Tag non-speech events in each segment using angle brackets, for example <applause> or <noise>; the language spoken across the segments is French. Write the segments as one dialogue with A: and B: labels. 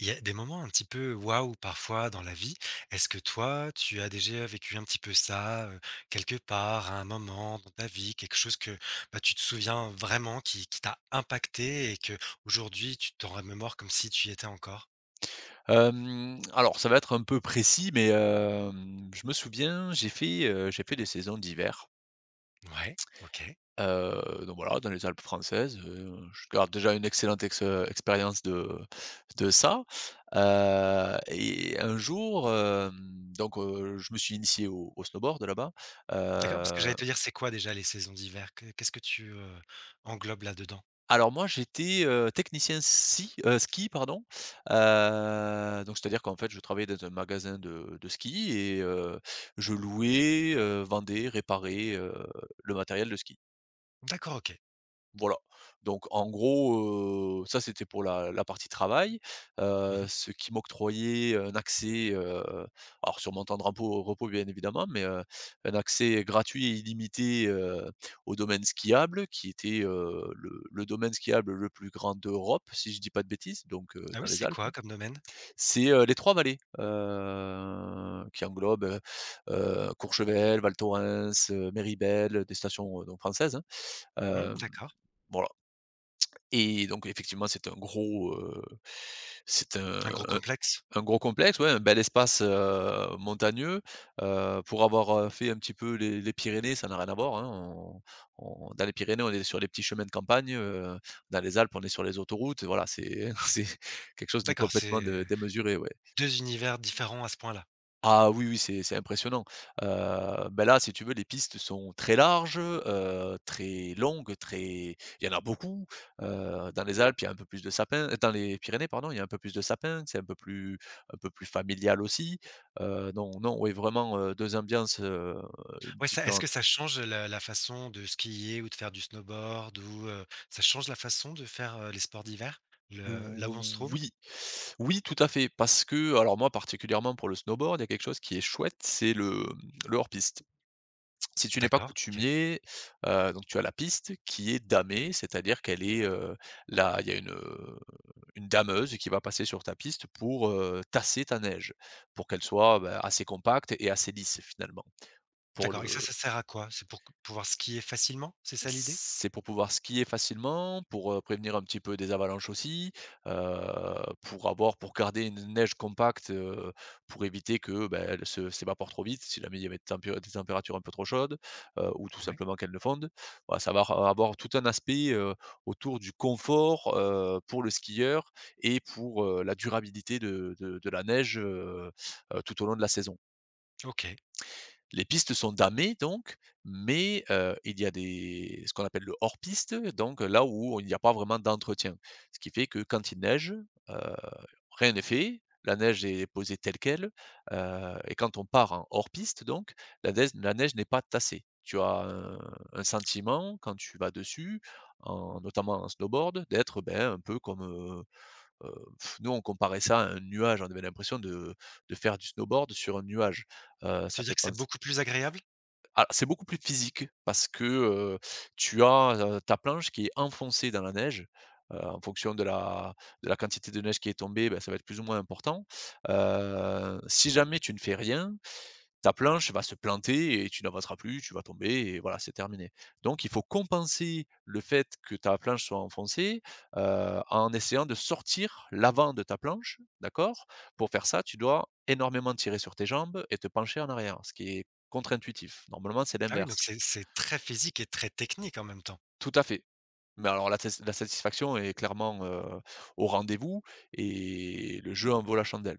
A: Il y a des moments un petit peu waouh parfois dans la vie. Est-ce que toi, tu as déjà vécu un petit peu ça, quelque part, à un moment dans ta vie? Quelque chose que, bah, tu te souviens vraiment qui t'a impacté et que aujourd'hui tu t'en remémores comme si tu y étais encore?
B: Alors ça va être un peu précis, mais je me souviens, j'ai fait des saisons d'hiver,
A: Ouais, OK.
B: donc voilà, dans les Alpes françaises, je garde déjà une excellente ex expérience de ça, et un jour, je me suis initié au snowboard là-bas.
A: D'accord, parce que j'allais
B: heu
A: te dire, c'est quoi déjà les saisons d'hiver? Que Qu'est-ce que tu, englobes là-dedans?
B: Alors moi j'étais, technicien sci ski pardon, donc c'est-à-dire qu'en fait je travaillais dans un magasin de ski et je louais, vendais, réparais, le matériel de ski.
A: D'accord, OK.
B: Voilà, donc en gros, ça c'était pour la partie travail,
A: Mmh.
B: ce qui m'octroyait un accès, alors sur mon temps de repos bien évidemment, mais un accès gratuit et illimité, au domaine skiable qui était, le domaine skiable le plus grand d'Europe, si je dis pas de bêtises, donc
A: Ah oui,
B: dans les
A: c'est
B: Alpes.
A: quoi comme domaine?
B: C'est, les Trois Vallées, qui englobent, Courchevel, Val Thorens, Méribel, des stations, donc françaises, hein.
A: Mmh,
B: Hem,
A: d'accord.
B: voilà. Et donc effectivement, c'est
A: Un gros complexe?
B: un gros complexe, ouais, un bel espace, montagneux. Pour avoir, fait un petit peu les Pyrénées, ça n'a rien à voir, hein. On dans les Pyrénées, on est sur les petits chemins de campagne, dans les Alpes, on est sur les autoroutes, voilà, c'est <laughs> c'est quelque chose de
A: D'accord, c'est
B: complètement de démesuré, ouais.
A: Deux univers différents à ce point-là.
B: Ah oui, oui, c'est impressionnant. Bah, là, si tu veux, les pistes sont très larges, très longues, très il y en a beaucoup. Dans les Alpes, il y a un peu plus de sapins dans les Pyrénées, pardon, il y a un peu plus de sapins, c'est un peu plus familial aussi. Non, non, oui, vraiment, 2 ambiances,
A: Ouais, ça est-ce que
B: différentes.
A: ça change la façon de skier ou de faire du snowboard ou, ça change la façon de faire, les sports d'hiver? Le là où on se trouve?
B: Oui, oui, tout à fait, parce que alors moi, particulièrement pour le snowboard, il y a quelque chose qui est chouette, c'est le hors piste. Si tu n'es pas
A: D'accord, OK.
B: coutumier, donc tu as la piste qui est damée, c'est-à-dire qu'elle est, là, il y a une dameuse qui va passer sur ta piste pour, tasser ta neige, pour qu'elle soit, bah, assez compacte et assez lisse finalement pour
A: D'accord et ça
B: le
A: sert à quoi? C'est pour q pouvoir skier facilement? C'est ça l'idée?
B: C'est pour pouvoir skier facilement, pour, prévenir un petit peu des avalanches aussi, heu, pour garder une neige compacte, pour éviter que, bah, elle se s'évapore trop vite, si jamais il y avait des températures un peu trop chaudes, ou tout
A: Oui.
B: simplement qu'elle ne fonde. Voilà, ça va ra avoir tout un aspect, autour du confort, pour le skieur et pour, la durabilité de la neige, tout au long de la saison.
A: OK.
B: Les pistes sont damées donc, mais il y a des ce qu'on appelle le hors-piste, donc là où il n'y a pas vraiment d'entretien. Ce qui fait que quand il neige, heu, rien n'est fait, la neige est posée telle quelle, et quand on part en hors-piste donc, la neige n'est pas tassée. Tu as un sentiment quand tu vas dessus, en notamment en snowboard, d'être, ben, un peu comme, heu, nous on comparait ça à un nuage, on avait l'impression de faire du snowboard sur un nuage.
A: Tu
B: Ça
A: veux
B: fait
A: dire que c'est
B: penser.
A: beaucoup plus agréable?
B: Ah, c'est beaucoup plus physique parce que, tu as, ta planche qui est enfoncée dans la neige, en fonction de la quantité de neige qui est tombée, bah, ça va être plus ou moins important. Si jamais tu ne fais rien, ta planche va se planter et tu n'avanceras plus, tu vas tomber et voilà, c'est terminé. Donc il faut compenser le fait que ta planche soit enfoncée, en essayant de sortir l'avant de ta planche, d'accord? Pour faire ça, tu dois énormément tirer sur tes jambes et te pencher en arrière, ce qui est contre-intuitif. Normalement, c'est
A: Ah oui, donc
B: l'inverse.
A: c'est très physique et très technique en même temps.
B: Tout à fait. Mais alors la satisfaction est clairement, au rendez-vous et le jeu en vaut la chandelle.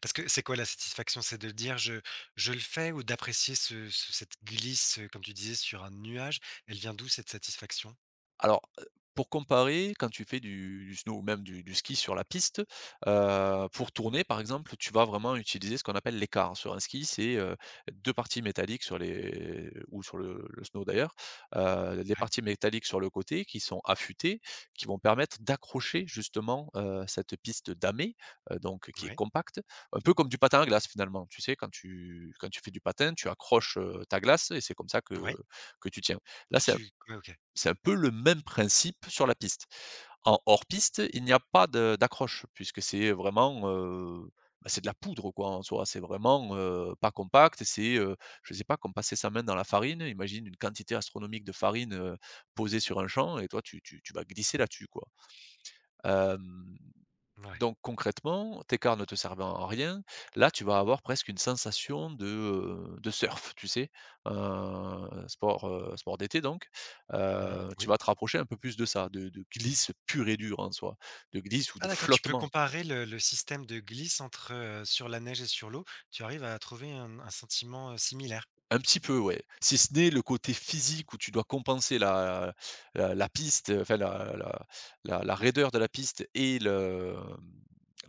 A: Parce que c'est quoi la satisfaction? C'est de dire: je le fais» ou d'apprécier ce cette glisse, comme tu disais sur un nuage? Elle vient d'où cette satisfaction?
B: Alors, pour comparer, quand tu fais du snow ou même du ski sur la piste, pour tourner par exemple, tu vas vraiment utiliser ce qu'on appelle l'écart. Sur un ski, c'est, 2 parties métalliques sur les ou sur le snow d'ailleurs, les
A: Ouais,
B: parties métalliques sur le côté qui sont affûtées, qui vont permettre d'accrocher justement, cette piste damée, donc qui est
A: ouais,
B: compacte, un peu comme du patin à glace finalement. Tu sais quand tu fais du patin, tu accroches, ta glace et c'est comme ça que
A: ouais,
B: que tu tiens. Là,
A: que
B: c'est
A: tu ouais, OK.
B: c'est un peu le même principe sur la piste. En hors piste, il n'y a pas de d'accroche puisque c'est vraiment, bah, c'est de la poudre quoi en soi. C'est vraiment, pas compact, c'est, je sais pas, comme passer sa main dans la farine. Imagine une quantité astronomique de farine, posée sur un champ et toi tu vas glisser là-dessus quoi. Hem
A: Ouais.
B: Donc concrètement, tes cartes ne te servant à rien, là tu vas avoir presque une sensation de surf, tu sais? Sport d'été donc,
A: Mmh.
B: tu
A: Oui.
B: vas te rapprocher un peu plus de ça, de glisse pure et dure en soi, de glisse ou
A: Ah
B: de
A: d'accord, tu peux
B: flottement
A: comparer le système de glisse entre, sur la neige et sur l'eau, tu arrives à trouver un sentiment, similaire?
B: Un petit peu, ouais. Si ce n'est le côté physique où tu dois compenser la la la piste, enfin la la la la raideur de la piste et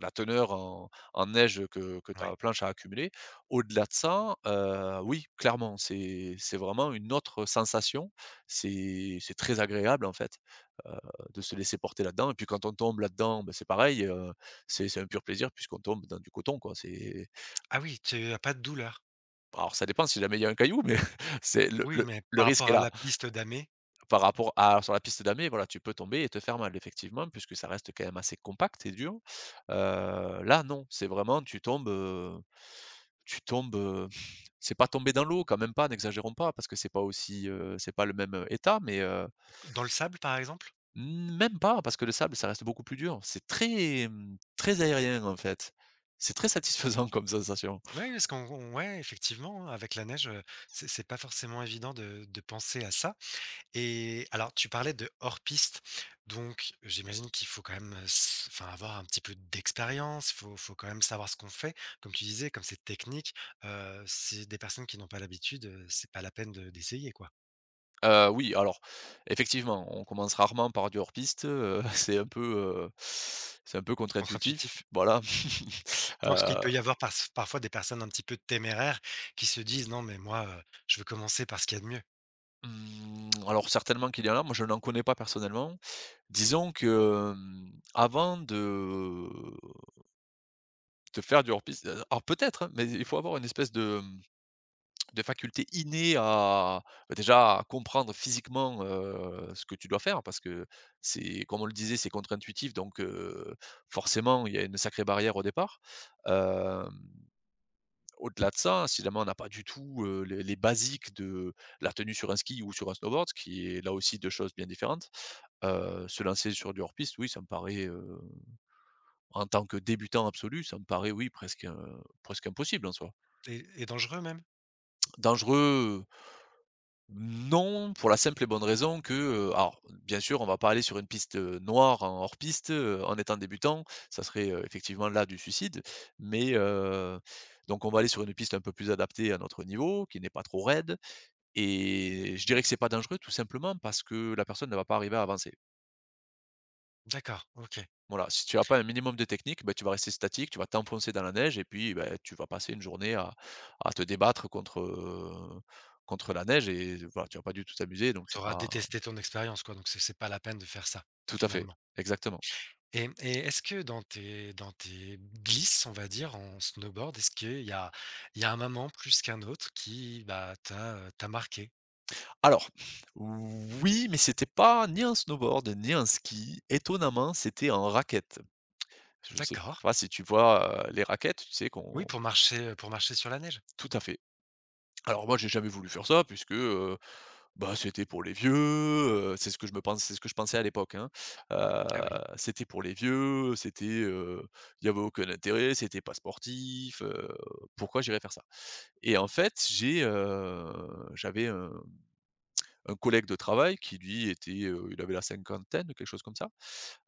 B: la teneur en neige que
A: Ouais.
B: ta planche a accumulée. Au-delà de ça, oui, clairement, c'est vraiment une autre sensation. C'est très agréable, en fait, heu, de se laisser porter là-dedans et puis quand on tombe là-dedans, ben c'est pareil, c'est un pur plaisir puisqu'on tombe dans du coton, quoi. C'est
A: Ah oui, tu as pas de douleur?
B: Alors ça dépend si jamais il y a un caillou, mais <laughs> c'est
A: Oui, mais
B: le
A: par rapport
B: risque est
A: à
B: là.
A: la piste damée?
B: Par rapport à sur la piste d'amé, voilà, tu peux tomber et te faire mal effectivement, puisque ça reste quand même assez compact et dur. Là non, c'est vraiment tu tombes, <sniffs> c'est pas tomber dans l'eau quand même pas, n'exagérons pas parce que c'est pas aussi, c'est pas le même, état, mais,
A: Dans le sable, par exemple?
B: même pas parce que le sable ça reste beaucoup plus dur. C'est très, très aérien en fait. C'est très satisfaisant <laughs> comme sensation.
A: Oui, parce qu'on on ouais, effectivement, hein, avec la neige, c'est pas forcément évident de penser à ça. Et alors, tu parlais de hors-piste, donc j'imagine qu'il faut quand même, s enfin, avoir un petit peu d'expérience, il faut quand même savoir ce qu'on fait. Comme tu disais, comme c'est technique, c'est des personnes qui n'ont pas l'habitude, c'est pas la peine de d'essayer, quoi.
B: Oui, alors effectivement, on commence rarement par du hors piste, <laughs> c'est un peu contre-intuitif,
A: Contre-intuitif.
B: voilà. <laughs>
A: Non, parce qu'il
B: Heu,
A: peut y avoir pars parfois des personnes un petit peu téméraires qui se disent: «Non, mais moi, je veux commencer par ce qu'il y a de mieux.»
B: mmh, alors certainement qu'il y en a, moi je n'en connais pas personnellement. Disons que, avant de faire du hors piste alors peut-être, hein, mais il faut avoir une espèce de de faculté innée à bah, déjà à comprendre physiquement, ce que tu dois faire parce que c'est comme on le disait, c'est contre-intuitif donc forcément il y a une sacrée barrière au départ. Hem, Au-delà de ça, si jamais on n'a pas du tout, les basiques de la tenue sur un ski ou sur un snowboard, ce qui est là aussi 2 choses bien différentes, se lancer sur du hors-piste, oui, ça me paraît, en tant que débutant absolu, ça me paraît, oui, presque, presque impossible en soi.
A: Et dangereux même?
B: Dangereux. Non, pour la simple et bonne raison que, alors bien sûr, on va pas aller sur une piste, noire en hors piste, en étant débutant, ça serait, effectivement là du suicide. Mais, donc on va aller sur une piste un peu plus adaptée à notre niveau, qui n'est pas trop raide et je dirais que c'est pas dangereux tout simplement parce que la personne ne va pas arriver à avancer.
A: D'accord, OK.
B: Voilà, si tu n'as pas un minimum de technique, ben tu vas rester statique, tu vas t'enfoncer dans la neige et puis, bah, tu vas passer une journée à te débattre contre, contre la neige et voilà, tu vas pas du tout t'amuser donc
A: Tu
B: c'est
A: auras
B: pas
A: détesté ton expérience, quoi, donc c'est pas la peine de faire ça,
B: Tout à fait,
A: finalement.
B: exactement.
A: Et est-ce que dans tes glisses, on va dire, en snowboard, est-ce qu'il y a il y a un moment plus qu'un autre qui, bah, t'a marqué?
B: Alors, oui, mais c'était pas ni un snowboard, ni un ski. Étonnamment, c'était un raquette. Je sais
A: D'accord.
B: pas si tu vois, les raquettes, tu sais
A: Oui,
B: qu'on
A: pour marcher sur la neige?
B: tout à fait. Alors moi, j'ai jamais voulu faire ça puisque, bah, c'était pour les vieux, c'est ce que je pensais à l'époque, hein. Heu,
A: Ah oui.
B: C'était pour les vieux, c'était, il y avait aucun intérêt, c'était pas sportif, pourquoi j'irais faire ça? Et en fait, j'ai, j'avais un collègue de travail qui lui était, il avait la cinquantaine, quelque chose comme ça,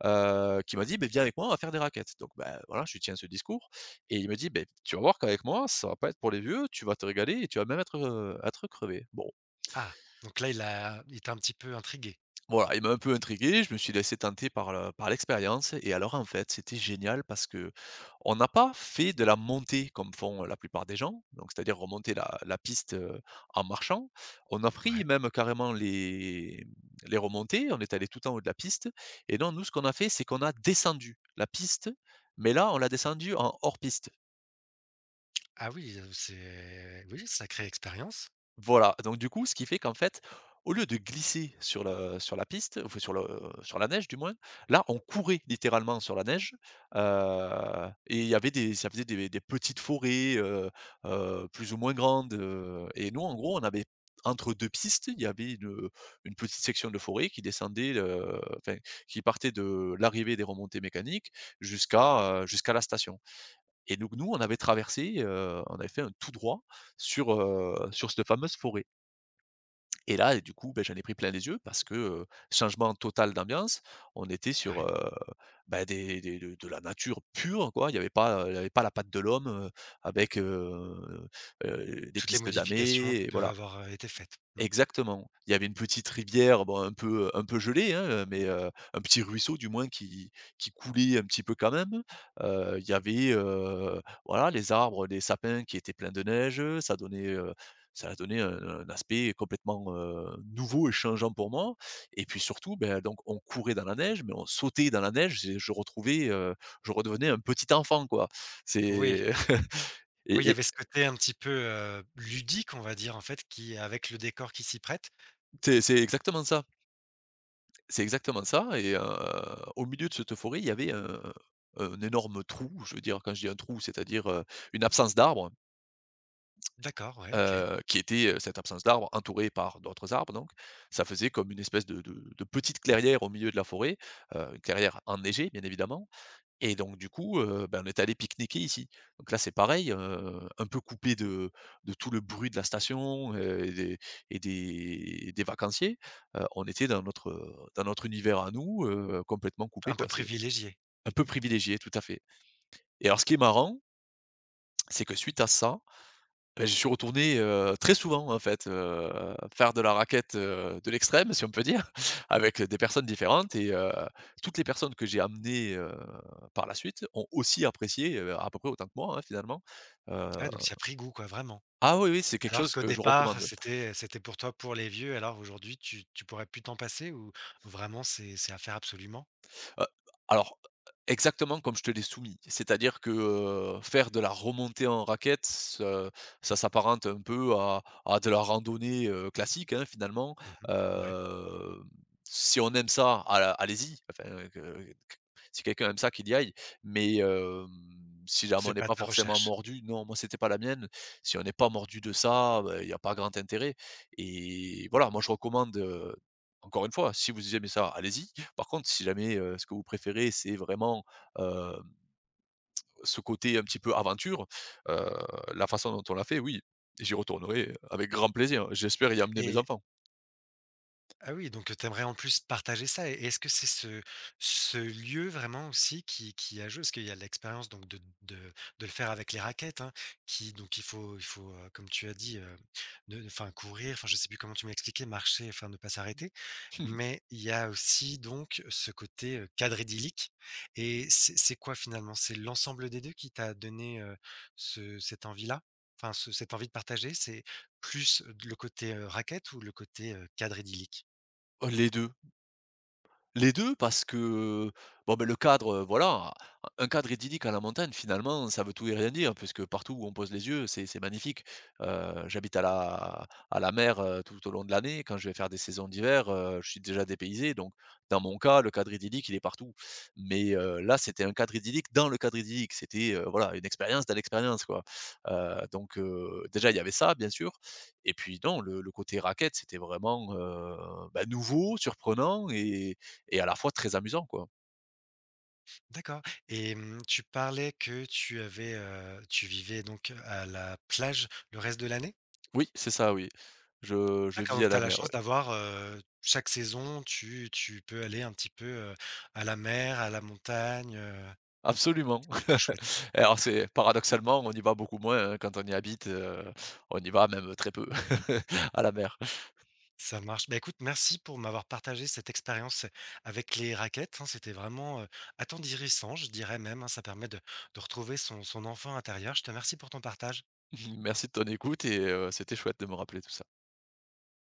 B: qui m'a dit: ben viens avec moi, on va faire des raquettes». Donc ben, voilà, je lui tiens ce discours et il me dit: ben tu vas voir qu'avec moi, ça va pas être pour les vieux, tu vas te régaler et tu vas même être, être crevé». Bon,
A: Ah, donc là, il t'a un petit peu intrigué?
B: voilà, il m'a un peu intrigué, je me suis laissé tenter par le par l'expérience et alors, en fait, c'était génial parce que on n'a pas fait de la montée comme font la plupart des gens, donc c'est-à-dire remonter la piste, en marchant. On a pris
A: Ouais.
B: même carrément les remontées, on est allé tout en haut de la piste et non, nous, ce qu'on a fait, c'est qu'on a descendu la piste, mais là, on l'a descendu en hors piste.
A: Ah oui, c'est oui, sacrée expérience.
B: Voilà, donc du coup, ce qui fait qu'en fait, au lieu de glisser sur le sur la piste, enfin sur le sur la neige du moins, là, on courait littéralement sur la neige, et il y avait des ça faisait des petites forêts, plus ou moins grandes, et nous, en gros, on avait entre 2 pistes, il y avait une petite section de forêt qui descendait, enfin, qui partait de l'arrivée des remontées mécaniques jusqu'à la station et donc nous, on avait traversé, on avait fait un tout droit sur cette fameuse forêt et du coup, beh, j'en ai pris plein les yeux parce que, changement total d'ambiance. On était sur,
A: Ouais.
B: heu, bah, des de la nature pure, quoi. Il y avait pas la patte de l'homme, avec, des
A: Toutes les
B: pistes
A: modifications
B: damées
A: qui
B: et
A: peuvent
B: voilà.
A: avoir, été faites. Mmh.
B: Exactement. Il y avait une petite rivière, bon un peu gelée, hein, mais un petit ruisseau du moins qui coulait un petit peu quand même. Il y avait, voilà les arbres, les sapins qui étaient pleins de neige, ça donnait un aspect complètement, nouveau et changeant pour moi et puis surtout, ben donc on courait dans la neige, mais on sautait dans la neige et je retrouvais, je redevenais un petit enfant quoi.
A: Oui.
B: C'est <laughs>
A: Oui, il y
B: et
A: avait ce côté un petit peu, ludique, on va dire, en fait, qui avec le décor qui s'y prête.
B: c'est exactement ça. C'est exactement ça et au milieu de cette forêt, il y avait un énorme trou. Je veux dire, quand je dis un trou, c'est-à-dire, une absence d'arbres,
A: D'accord, ouais, OK.
B: qui était, cette absence d'arbres entourée par d'autres arbres donc. Ça faisait comme une espèce de petite clairière au milieu de la forêt, une clairière enneigée, bien évidemment et donc du coup, ben, on est allé pique-niquer ici. Donc là, c'est pareil, un peu coupé de tout le bruit de la station, et des vacanciers. On était dans notre univers à nous, complètement coupé,
A: Un peu
B: quoi. C'est
A: privilégié.
B: un peu privilégié, tout à fait. Et alors ce qui est marrant, c'est que suite à ça bah, j'y suis retourné, très souvent en fait, faire de la raquette, de l'extrême si on peut dire, <laughs> avec des personnes différentes et toutes les personnes que j'ai amenées, par la suite ont aussi apprécié, à peu près autant que moi, hein, finalement. Heu
A: Ah donc tu y as pris goût quoi, vraiment?
B: ah oui, oui, c'est quelque
A: Alors
B: chose
A: qu'au
B: que je
A: départ,
B: recommande.
A: c'était pour toi pour les vieux, alors aujourd'hui tu pourrais plus t'en passer ou vraiment c'est à faire absolument?
B: Heu, alors, exactement comme je te l'ai soumis, c'est-à-dire que, faire de la remontée en raquette, ce ça s'apparente un peu à de la randonnée, classique, hein, finalement.
A: Mmh. Ouais,
B: Hem, si on aime ça, al allez-y, si quelqu'un aime ça, qu'il y aille, mais si jamais on
A: c'est
B: n'est
A: pas
B: pas
A: ta
B: forcément
A: recherche.
B: mordu non, moi, c'était pas la mienne. Si on n'est pas mordu de ça, bah, il y a pas grand intérêt et voilà, moi, je recommande, encore une fois, si vous aimez ça, allez-y. Par contre, si jamais, ce que vous préférez, c'est vraiment, heu, ce côté un petit peu aventure, heu, la façon dont on l'a fait, oui, j'y retournerai avec grand plaisir. J'espère y amener mes
A: Et
B: enfants.
A: ah oui, donc tu aimerais en plus partager ça. Et est-ce que c'est ce lieu vraiment aussi qui a joué? Parce qu'il y a l'expérience donc de le faire avec les raquettes, hein, qui donc il faut comme tu as dit, ne enfin courir, enfin je sais plus comment tu m'as expliqué, marcher, enfin ne pas s'arrêter.
B: <laughs>
A: Mais il y a aussi donc ce côté, cadre idyllique et c'est quoi finalement? C'est l'ensemble des 2 qui t'a donné, ce cette envie-là? Enfin ce cette envie de partager, c'est plus, le côté, raquette ou le côté, cadre idyllique?
B: Les 2. Les 2 parce que, bon, ben le cadre, voilà, un cadre idyllique à la montagne finalement, ça veut tout et rien dire puisque partout où on pose les yeux, c'est magnifique. J'habite à la mer, tout au long de l'année. Quand je vais faire des saisons d'hiver, je suis déjà dépaysé donc dans mon cas, le cadre idyllique, il est partout. Mais, là, c'était un cadre idyllique dans le cadre idyllique. C'était, voilà, une expérience dans l'expérience, quoi. Donc, déjà, il y avait ça, bien sûr et puis non, le côté raquette, c'était vraiment, bah, nouveau, surprenant et à la fois très amusant, quoi.
A: D'accord. Et mmh, tu parlais que tu avais, tu vivais donc à la plage le reste de l'année?
B: Oui, c'est ça, oui. Je
A: D'accord,
B: vis
A: donc
B: à
A: tu as
B: la
A: la
B: mer, ouais.
A: chance d'avoir, chaque saison, tu peux aller un petit peu, à la mer, à la montagne,
B: Absolument.
A: c'est plutôt chouette.
B: <laughs> Et alors c'est paradoxalement, on y va beaucoup moins, hein, quand on y habite, on y va même très peu <laughs> à la mer.
A: Ça marche. Bah, écoute, merci pour m'avoir partagé cette expérience avec les raquettes, hein. C'était vraiment, attendrissant, je dirais même, hein. Ça permet de retrouver son son enfant intérieur. Je te remercie pour ton partage.
B: <laughs> Merci de ton écoute et c'était chouette de me rappeler tout ça.